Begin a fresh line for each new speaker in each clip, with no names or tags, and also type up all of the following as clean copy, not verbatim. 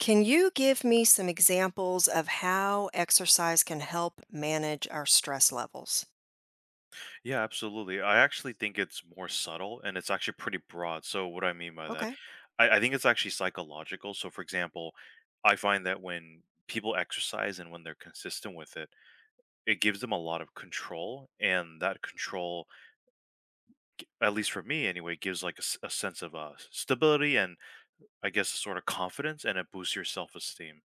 Can you give me some examples of how exercise can help manage our stress levels?
Yeah, absolutely. I actually think it's more subtle and it's actually pretty broad. So, what I mean by that,
Okay.
I think it's actually psychological. So, for example, I find that when people exercise and when they're consistent with it, it gives them a lot of control. And that control, at least for me anyway, gives like a sense of stability and I guess a sort of confidence and it boosts your self esteem.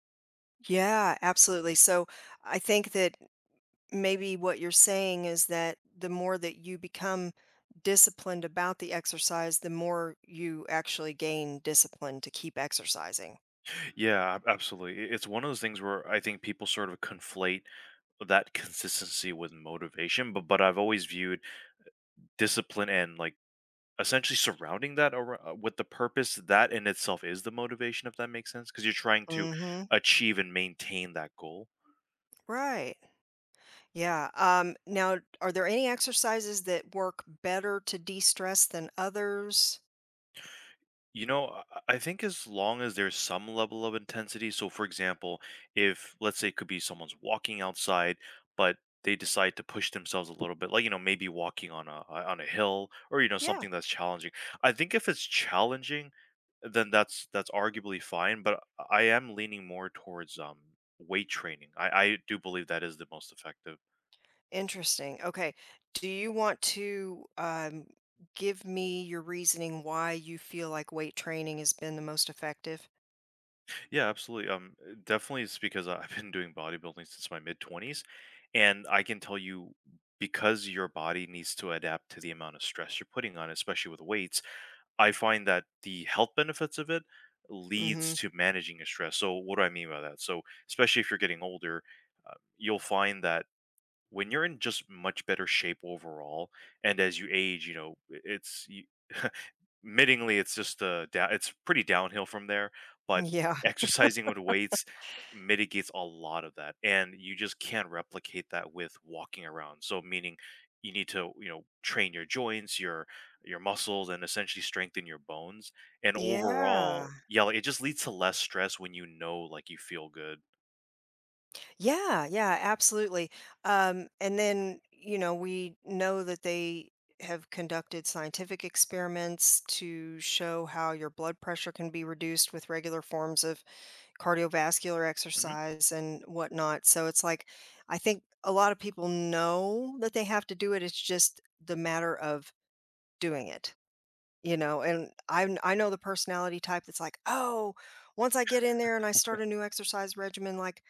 Yeah, absolutely. So I think that maybe what you're saying is that the more that you become disciplined about the exercise, the more you actually gain discipline to keep exercising.
Yeah, absolutely. It's one of those things where I think people sort of conflate that consistency with motivation but I've always viewed discipline and, like, essentially surrounding that ar with the purpose, that in itself is the motivation, if that makes sense, because 'cause you're trying to
Mm-hmm.
achieve and maintain that goal.
Right. Yeah. Now, are there any exercises that work better to de-stress than others?
You know, I think as long as there's some level of intensity. So, for example, if let's say it could be someone's walking outside, but they decide to push themselves a little bit, like you know, maybe walking on a on a hill or you know
Yeah.
something that's challenging. I think if it's challenging, then that's arguably fine. But I am leaning more towards weight training. I do believe that is the most effective.
Interesting. Okay. Do you want to give me your reasoning why you feel like weight training has been the most effective?
Yeah, absolutely. Definitely, it's because I've been doing bodybuilding since my mid twenties, and I can tell you because your body needs to adapt to the amount of stress you're putting on, it, especially with weights. I find that the health benefits of it leads
hmm
to managing your stress. So, what do I mean by that? So, especially if you're getting older, you'll find that when you're in just much better shape overall, and as you age, you know, it's you, admittingly it's just it's pretty downhill from there, but
Yeah.
exercising with weights mitigates a lot of that and you just can't replicate that with walking around. So meaning you need to, you know, train your joints, your muscles and essentially strengthen your bones and
Yeah.
overall, yeah, like, it just leads to less stress when you know like you feel good.
Yeah. Yeah. Absolutely. And then, you know, we know that they have conducted scientific experiments to show how your blood pressure can be reduced with regular forms of cardiovascular
Hmm.
exercise and whatnot. So it's like, I think a lot of people know that they have to do it. It's just the matter of doing it. And I know the personality type that's like, oh, once I get in there and I start a new exercise regimen, like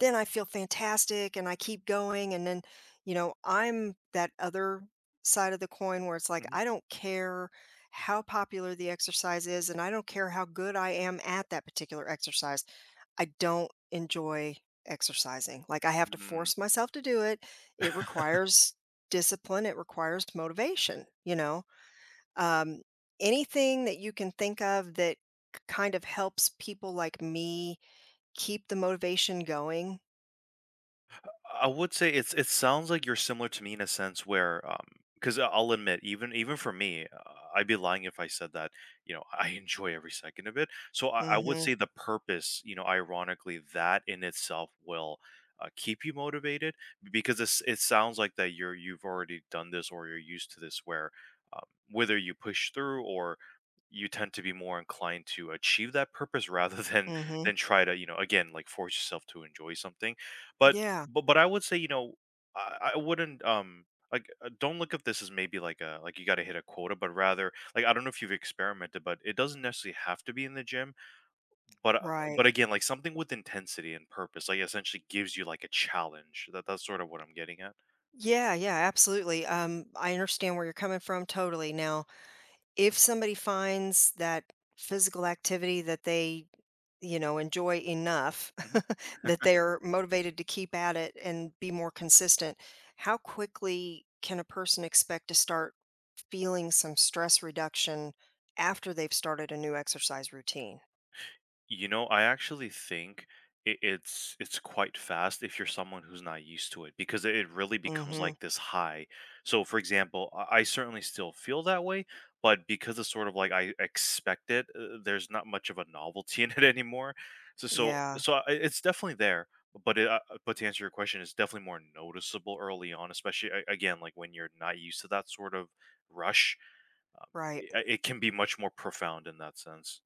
then I feel fantastic and I keep going. And then, you know, I'm that other side of the coin where it's like
Hmm.
I don't care how popular the exercise is and I don't care how good I am at that particular exercise I don't enjoy exercising. Like I have to
Mm.
force myself to do it. It requires discipline. It requires motivation, you know? Um, anything that you can think of that kind of helps people like me keep the motivation going.
I would say it's it sounds like you're similar to me in a sense where because I'll admit even for me I'd be lying if I said that you know I enjoy every second of it so I would
Mm-hmm.
say the purpose you know ironically that in itself will keep you motivated because it sounds like that you've already done this or you're used to this where um, whether you push through or you tend to be more inclined to achieve that purpose rather
Mm-hmm.
than try to you know again like force yourself to enjoy something but
Yeah.
but I would say, you know, I wouldn't, like, don't look at this as maybe like a like you gotta hit a quota, but rather, like, I don't know if you've experimented, but it doesn't necessarily have to be in the gym, but, uh,
Right.
but again, like something with intensity and purpose, like essentially gives you like a challenge. That's sort of what I'm getting at.
Yeah, yeah, absolutely. I understand where you're coming from totally. Now, if somebody finds that physical activity that they enjoy enough
Mhm.
that they're motivated to keep at it and be more consistent, how quickly can a person expect to start feeling some stress reduction after they've started a new exercise routine?
You know, I actually think it's quite fast if you're someone who's not used to it because it really becomes
Mhm.
like this high. So, for example, I certainly still feel that way, but because it's sort of like I expect it, there's not much of a novelty in it anymore. So, so,
Yeah.
so I- it's definitely there. But but to answer your question, it's definitely more noticeable early on, especially again like when you're not used to that sort of rush. Um,
Right.
it, it can be much more profound in that sense.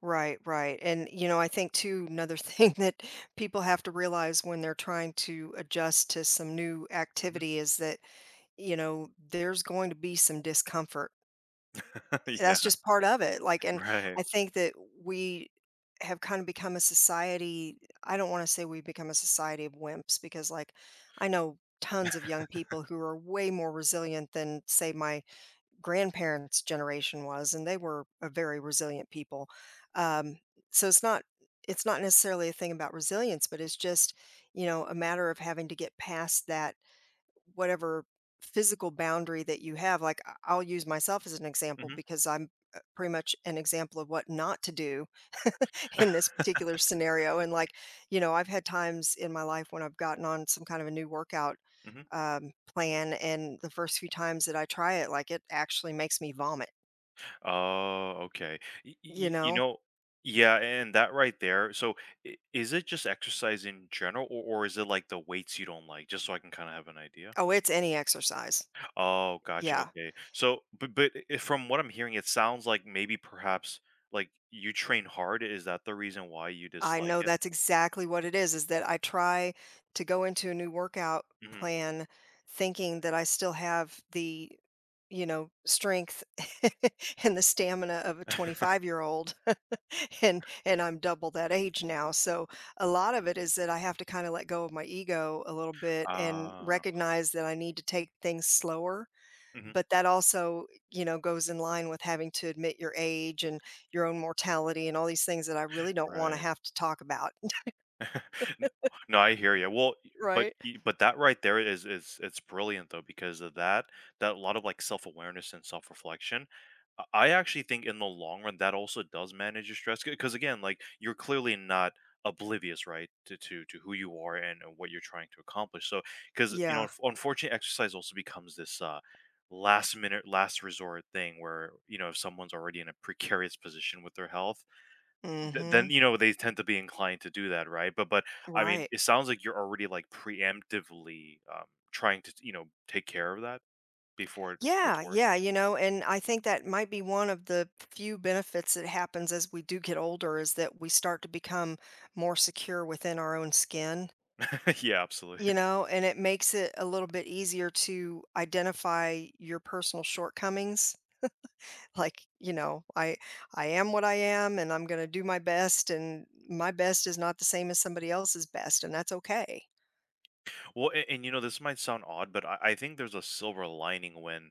Right, right. And you know, I think too another thing that people have to realize when they're trying to adjust to some new
Mhm.
activity is that, you know, there's going to be some discomfort.
Yeah.
That's just part of it, like, and
Right.
I think that we have kind of become a society. I don't wanna say we become a society of wimps because, like, I know tons of young people who are way more resilient than, say, my grandparents' generation was, and they were a very resilient people. Um, so it's not necessarily a thing about resilience, but it's just, you know, a matter of having to get past that whatever physical boundary that you have. Like I- I'll use myself as an example
Mhm,
because I'm pretty much an example of what not to do in this particular scenario. And like, you know, I've had times in my life when I've gotten on some kind of a new workout
mhm.
plan, and the first few times that I try it, like, it actually makes me vomit,
Oh, okay. Y y
you
y You
know.
know yeah, and that right there so, I is it just exercise in general, or is it, like, the weights you don't like? Just so I can kinda have an idea.
Oh, it's any exercise.
Oh, gotcha,
Yeah,
okay. So, but I from what I'm hearing, it sounds like maybe perhaps, like, you train hard, is that the reason why you
I
dislike
know
it?
that's exactly what it is that I try to go into a new workout
Mhm.
plan thinking that I still have the, you know, strength and the stamina of a 25-year-old and I'm double that age now. So a lot of it is that I have to kind of let go of my ego a little bit and
Ah.
recognize that I need to take things slower,
Mhm.
but that also, you know, goes in line with having to admit your age and your own mortality and all these things that I really don't wanna
Right.
have to talk about,
N No, I hear you. Well,
right?
y but that right there is it's brilliant though because of that that a lot of, like, self-awareness and self-reflection. I actually think in the long run, that also does manage your stress because again, like, you're clearly not oblivious, right, to who you are and what you're trying to accomplish. So because you know,
Yeah.
unfortunately, exercise also becomes this, last minute, last resort thing where, you know, if someone's already in a precarious position with their health, then
Mhm.
you know they tend to be inclined to do that right but I mean
Right.
it sounds like you're already like preemptively trying to you know take care of that before it gets
Yeah,
worse.
yeah, you know, and I think that might be one of the few benefits that happens as we do get older is that we start to become more secure within our own skin,
Yeah, absolutely.
you know, and it makes it a little bit easier to identify your personal shortcomings. Like, you know, I am what I am, and I'm going to do my best, and my best is not the same as somebody else's best, and that's okay.
Well, and you know this might sound odd but I think there's a silver lining when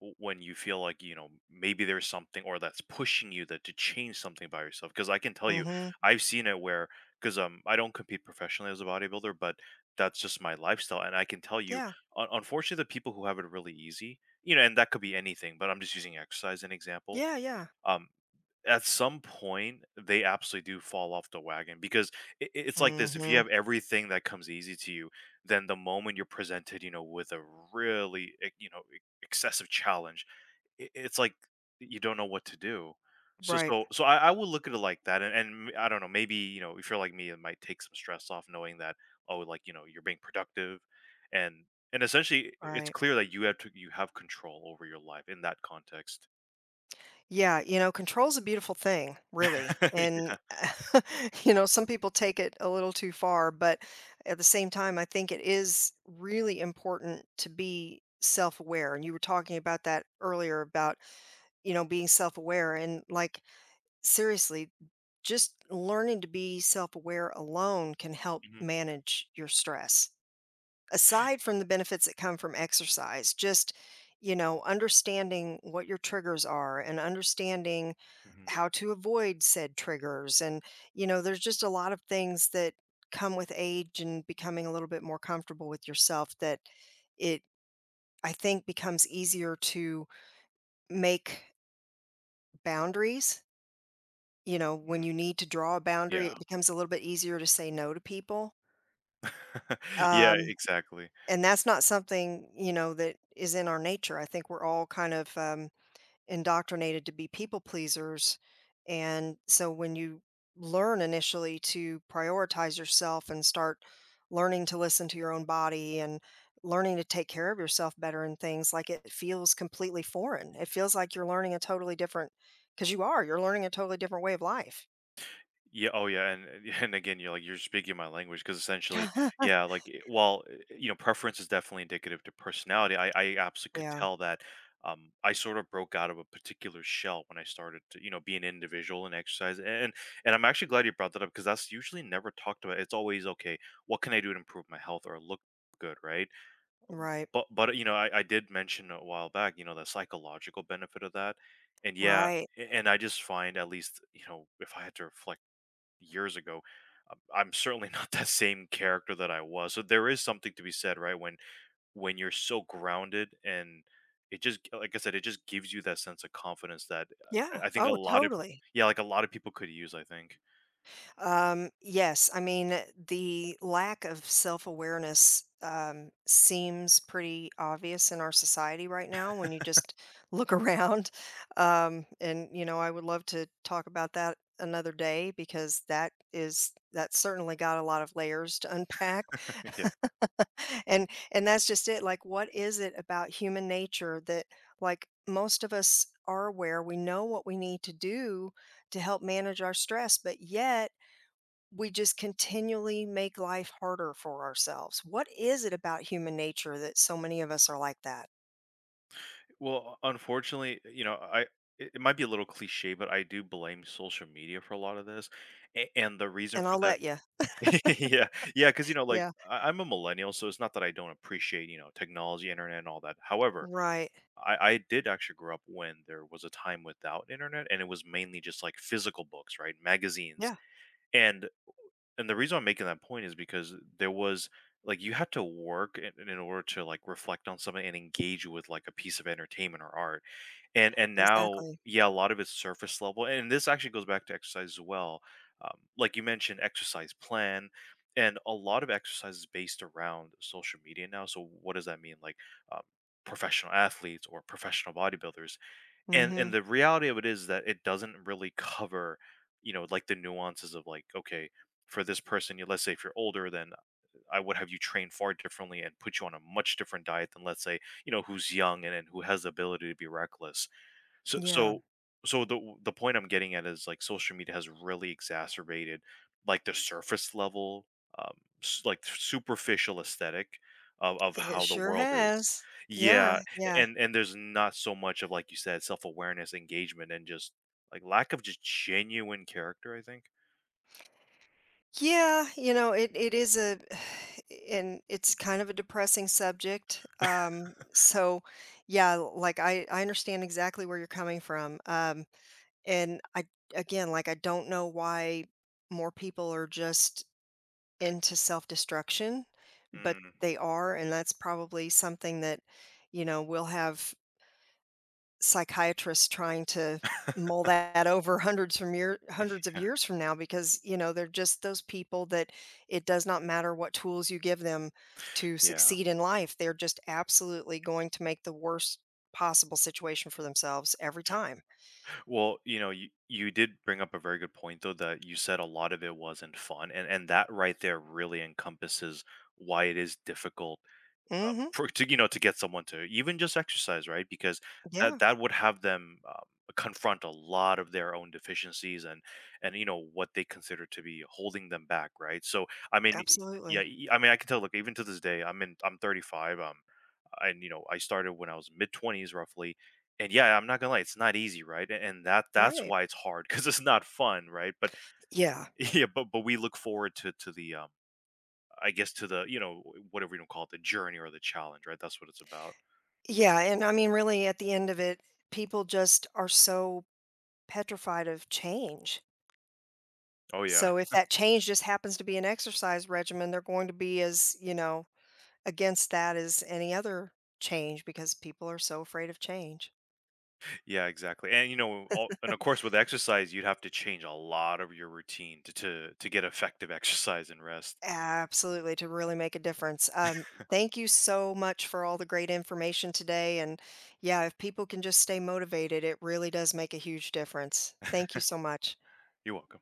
when you feel like you know maybe there's something or that's pushing you that to change something about yourself because I can tell you
Mhm.
I've seen it where because I don't compete professionally as a bodybuilder but that's just my lifestyle and I can tell you
Yeah.
unfortunately the people who have it really easy you know and that could be anything but I'm just using exercise as an example.
Yeah. Yeah.
um at some point, they absolutely do fall off the wagon because I it's like this, if you
Mhm.
have everything that comes easy to you, then the moment you're presented, you know, with a really, e you know, e excessive challenge, I it's like you don't know what to do. So
Right.
so so I I would look at it like that, and and I don't know, maybe, you know, if you're like me, it might take some stress off knowing that, oh, like, you know, you're being productive and and essentially, I it's
Right.
clear that you have control over your life in that context.
Yeah, you know, control's a beautiful thing, really,
Yeah.
and you know, some people take it a little too far, but at the same time, I think it is really important to be self-aware, and you were talking about that earlier about, you know, being self-aware, and, like, seriously, just learning to be self-aware alone can help
Mhm.
manage your stress aside from the benefits that come from exercise, just, you know, understanding what your triggers are and understanding
Mhm.
how to avoid said triggers. And, you know, there's just a lot of things that come with age and becoming a little bit more comfortable with yourself that it, I think, becomes easier to make boundaries. You know, when
Mm.
you need to draw a boundary,
Yeah.
it becomes a little bit easier to say no to people.
Yeah,
Um,
exactly.
And that's not something, you know, that is in our nature. I think we're all kind of indoctrinated to be people pleasers. And so when you learn initially to prioritize yourself and start learning to listen to your own body and learning to take care of yourself better and things, like, it feels completely foreign. It feels like you're learning a totally different because you are, you're learning a totally different way of life.
Yeah, oh, yeah, and again, you're like you're speaking my language because essentially yeah, like, while, you know, preference is definitely indicative to personality, I absolutely could
Yeah,
tell that, I sort of broke out of a particular shell when I started to, you know, be an individual and exercise, and I'm actually glad you brought that up because that's usually never talked about, it's always, "Okay, what can I do to improve my health or look good," right?
right.
But, you know, I did mention a while back, you know, the psychological benefit of that, and yeah,
Right.
a and I just find at least, you know, if I had to reflect years ago, I'm certainly not that same character that I was, so there is something to be said, right, when you're so grounded and it just like I said, it just gives you that sense of confidence that
Yeah.
I think a
Oh,
lot of
totally.
yeah, like, a lot of people could use, I think.
Yes, I mean, the lack of self-awareness seems pretty obvious in our society right now when you just look around. And you know, I would love to talk about that another day because that is that certainly got a lot of layers to unpack.
Yeah.
And that's just it. Like, what is it about human nature that like most of us are aware, we know what we need to do to help manage our stress, but yet we just continually make life harder for ourselves. What is it about human nature that so many of us are like that?
Well, unfortunately, you know, I it it might be a little cliche, but I do blame social media for a lot of this, and the reason
And
for
I'll
that,
let you.
yeah, yeah, because you know, like
Yeah.
I'm a millennial, so it's not that I don't appreciate you know technology, internet, and all that. However,
Right.
I did actually grow up when there was a time without internet, and it was mainly just like physical books, right, magazines,
Yeah.
and and the reason I'm making that point is because there was like you had to work in order to like reflect on something and engage with like a piece of entertainment or art and now
Exactly.
yeah a lot of it's surface level and this actually goes back to exercise as well. Like you mentioned exercise plan and a lot of exercise is based around social media now so what does that mean like, um, professional athletes or professional bodybuilders and
hmm
the reality of it is that it doesn't really cover you know like the nuances of like okay for this person you let's say if you're older then I would have you train far differently and put you on a much different diet than let's say you know who's young and who has the ability to be reckless so
Yeah.
so so the point I'm getting at is, like, social media has really exacerbated, like, the surface level, um, s like, superficial aesthetic of
It
how the
sure
world is.
has. Yeah.
Yeah,
Yeah.
and there's not so much of, like you said, self-awareness, engagement, and just, like, lack of just genuine character, I think.
Yeah. You know, it is a, and it's kind of a depressing subject. So yeah, like I understand exactly where you're coming from. And I, again, like I don't know why more people are just into self-destruction, but
Mm.
they are, and that's probably something that, you know, we'll have psychiatrists trying to mull that over hundreds from year hundreds of
Yeah.
years from now because, you know, they're just those people that it does not matter what tools you give them to
Yeah.
succeed in life. They're just absolutely going to make the worst possible situation for themselves every time.
Well, you know, you did bring up a very good point though that you said a lot of it wasn't fun, and that right there really encompasses why it is difficult
Mhm.
for to you know to get someone to even just exercise, right? Because that
Yeah,
that would have them confront a lot of their own deficiencies and you know what they consider to be holding them back, right? So, I mean, yeah,
absolutely.
I mean, I can tell. Look, even to this day, I'm 35. And you know I started when I was mid 20s roughly and yeah I'm not gonna lie it's not easy right. And that that's
Right.
why it's hard because it's not fun right but
Yeah.
yeah but we look forward to the I guess to the you know whatever you don't call it the journey or the challenge right that's what it's about.
Yeah, and I mean, really, at the end of it, people just are so petrified of change.
Oh yeah.
So if that change just happens to be an exercise regimen, they're going to be as, you know, against that as any other change because people are so afraid of change.
Yeah exactly and you know and of course with exercise you'd have to change a lot of your routine to get effective exercise and rest.
Absolutely, to really make a difference. Thank you so much for all the great information today. And yeah, if people can just stay motivated, it really does make a huge difference. Thank you so much.
You're welcome.